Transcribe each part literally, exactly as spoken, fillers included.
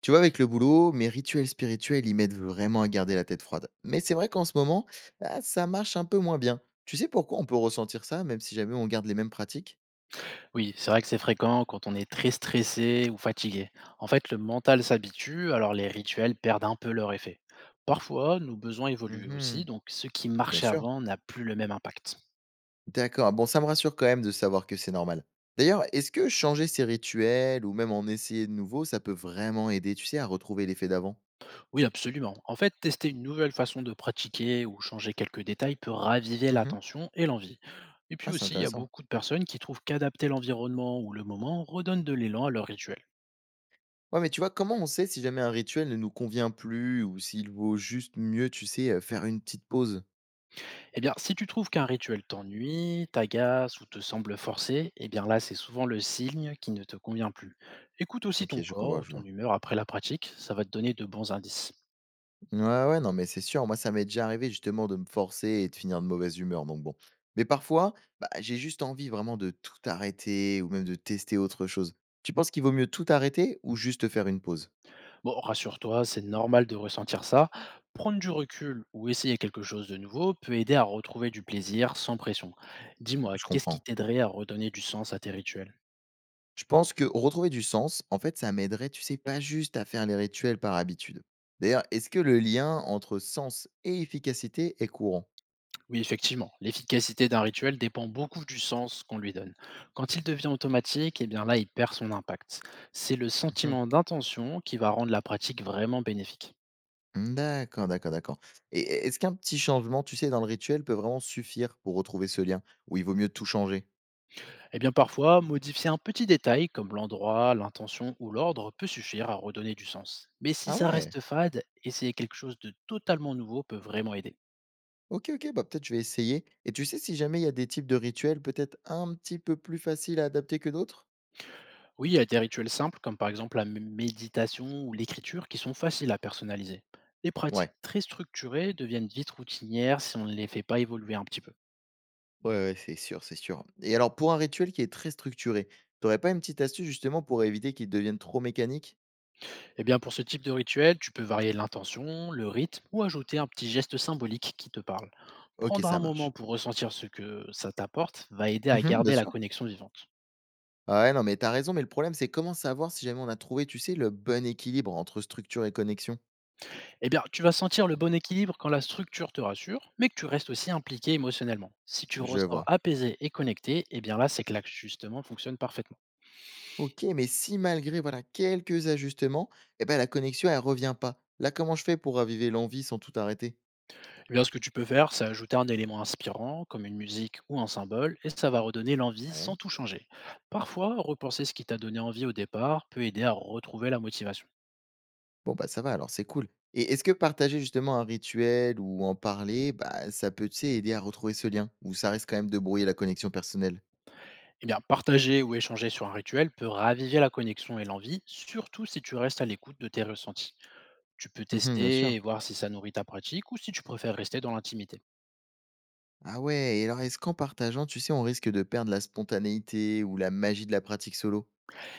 Tu vois, avec le boulot, mes rituels spirituels, ils m'aident vraiment à garder la tête froide. Mais c'est vrai qu'en ce moment, bah, ça marche un peu moins bien. Tu sais pourquoi on peut ressentir ça, même si jamais on garde les mêmes pratiques. Oui, c'est vrai que c'est fréquent quand on est très stressé ou fatigué. En fait, le mental s'habitue, alors les rituels perdent un peu leur effet. Parfois, nos besoins évoluent aussi, Mhm. donc ce qui Bien marchait sûr. avant n'a plus le même impact. D'accord, bon, ça me rassure quand même de savoir que c'est normal. D'ailleurs, est-ce que changer ses rituels ou même en essayer de nouveau, ça peut vraiment aider, tu sais, à retrouver l'effet d'avant? Oui, absolument. En fait, tester une nouvelle façon de pratiquer ou changer quelques détails peut raviver Mhm. l'attention et l'envie. Et puis Ah, c'est aussi, il y a intéressant. beaucoup de personnes qui trouvent qu'adapter l'environnement ou le moment redonne de l'élan à leur rituel. Ouais, mais tu vois, comment on sait si jamais un rituel ne nous convient plus ou s'il vaut juste mieux, tu sais, euh, faire une petite pause? Eh bien, si tu trouves qu'un rituel t'ennuie, t'agace ou te semble forcé, eh bien là, c'est souvent le signe qui ne te convient plus. Écoute aussi Ok, ton je corps comprends, ou je ton vois. humeur après la pratique, ça va te donner de bons indices. Ouais, ouais, non, mais c'est sûr. Moi, ça m'est déjà arrivé justement de me forcer et de finir de mauvaise humeur. Donc bon. Mais parfois, bah, j'ai juste envie vraiment de tout arrêter ou même de tester autre chose. Tu penses qu'il vaut mieux tout arrêter ou juste faire une pause? Bon, rassure-toi, c'est normal de ressentir ça. Prendre du recul ou essayer quelque chose de nouveau peut aider à retrouver du plaisir sans pression. Dis-moi, Je qu'est-ce qui comprends. t'aiderait à redonner du sens à tes rituels? Je pense que retrouver du sens, en fait, ça m'aiderait, tu sais, pas juste à faire les rituels par habitude. D'ailleurs, est-ce que le lien entre sens et efficacité est courant? Oui, effectivement, l'efficacité d'un rituel dépend beaucoup du sens qu'on lui donne. Quand il devient automatique, eh bien là, il perd son impact. C'est le Mhm. sentiment d'intention qui va rendre la pratique vraiment bénéfique. D'accord, d'accord, d'accord. Et est-ce qu'un petit changement, tu sais, dans le rituel peut vraiment suffire pour retrouver ce lien? Ou il vaut mieux tout changer? Eh bien parfois, modifier un petit détail comme l'endroit, l'intention ou l'ordre peut suffire à redonner du sens. Mais si Ah ça ouais! reste fade, essayer quelque chose de totalement nouveau peut vraiment aider. OK, OK, bah, peut-être je vais essayer et tu sais si jamais il y a des types de rituels peut-être un petit peu plus faciles à adapter que d'autres? Oui, il y a des rituels simples comme par exemple la mé- méditation ou l'écriture qui sont faciles à personnaliser. Les pratiques Ouais, très structurées deviennent vite routinières si on ne les fait pas évoluer un petit peu. ouais, ouais, c'est sûr, c'est sûr, et alors pour un rituel qui est très structuré, t'aurais pas une petite astuce justement pour éviter qu'il devienne trop mécanique? Et bien pour ce type de rituel, tu peux varier l'intention, le rythme ou ajouter un petit geste symbolique qui te parle. OK, Prendre un ça moment marche. pour ressentir ce que ça t'apporte va aider à Mmh, bien garder la sûr. connexion vivante. Ah ouais, non, mais t'as raison, mais le problème, c'est comment savoir si jamais on a trouvé, tu sais, le bon équilibre entre structure et connexion? Eh bien, tu vas sentir le bon équilibre quand la structure te rassure, mais que tu restes aussi impliqué émotionnellement. Si tu Je ressors vois. apaisé et connecté, eh bien là, c'est que l'axe justement fonctionne parfaitement. OK, mais si malgré, voilà, quelques ajustements, et ben la connexion, elle revient pas, là, comment je fais pour raviver l'envie sans tout arrêter? Eh bien, ce que tu peux faire, c'est ajouter un élément inspirant, comme une musique ou un symbole, et ça va redonner l'envie sans Ouais. tout changer. Parfois, repenser ce qui t'a donné envie au départ peut aider à retrouver la motivation. Bon, bah, ça va, alors c'est cool. Et est-ce que partager justement un rituel ou en parler, bah, ça peut, tu sais, aider à retrouver ce lien? Ou ça risque quand même de brouiller la connexion personnelle? Eh bien, partager ou échanger sur un rituel peut raviver la connexion et l'envie, surtout si tu restes à l'écoute de tes ressentis. Tu peux Mmh, bien tester sûr. et voir si ça nourrit ta pratique ou si tu préfères rester dans l'intimité. Ah ouais, et alors est-ce qu'en partageant, tu sais, on risque de perdre la spontanéité ou la magie de la pratique solo?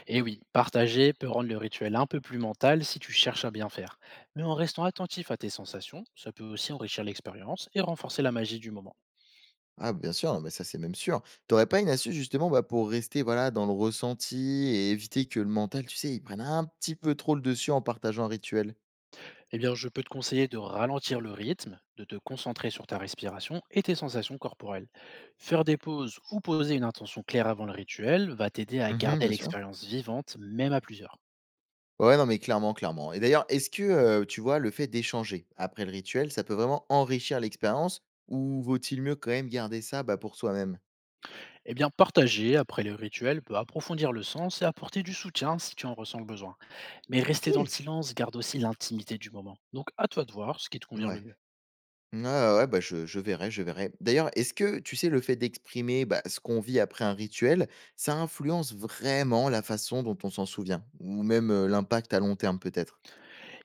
Et oui, partager peut rendre le rituel un peu plus mental si tu cherches à bien faire. Mais en restant attentif à tes sensations, ça peut aussi enrichir l'expérience et renforcer la magie du moment. Ah, bien sûr, non, mais ça, c'est même sûr. T'aurais pas une astuce justement, bah, pour rester, voilà, dans le ressenti et éviter que le mental, tu sais, il prenne un petit peu trop le dessus en partageant un rituel? Eh bien, je peux te conseiller de ralentir le rythme, de te concentrer sur ta respiration et tes sensations corporelles. Faire des pauses ou poser une intention claire avant le rituel va t'aider à Mmh, garder bien sûr. l'expérience vivante, même à plusieurs. Ouais, non, mais clairement, clairement. Et d'ailleurs, est-ce que, heu, tu vois, le fait d'échanger après le rituel, ça peut vraiment enrichir l'expérience ou vaut-il mieux quand même garder ça, bah, pour soi-même? Eh bien, partager après le rituel peut approfondir le sens et apporter du soutien si tu en ressens le besoin. Mais OK. rester dans le silence garde aussi l'intimité du moment. Donc, à toi de voir ce qui te convient le Ouais. mieux. Ouais, ouais, ouais, bah, je je verrai, je verrai. D'ailleurs, est-ce que, tu sais, le fait d'exprimer, bah, ce qu'on vit après un rituel, ça influence vraiment la façon dont on s'en souvient? Ou même, heu, l'impact à long terme peut-être?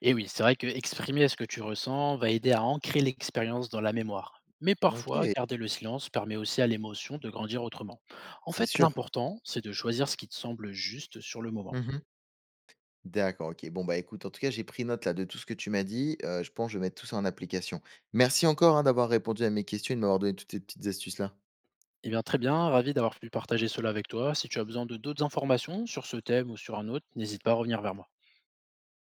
Et oui, c'est vrai que exprimer ce que tu ressens va aider à ancrer l'expérience dans la mémoire. Mais parfois, OK, garder le silence permet aussi à l'émotion de grandir autrement. En c'est fait, sûr. l'important, c'est de choisir ce qui te semble juste sur le moment. Mmh. D'accord, OK. Bon, bah, écoute, en tout cas, j'ai pris note là de tout ce que tu m'as dit. Heu, je pense que je vais mettre tout ça en application. Merci encore, hein, d'avoir répondu à mes questions et de m'avoir donné toutes ces petites astuces là. Eh bien, très bien, ravi d'avoir pu partager cela avec toi. Si tu as besoin de d'autres informations sur ce thème ou sur un autre, n'hésite pas à revenir vers moi.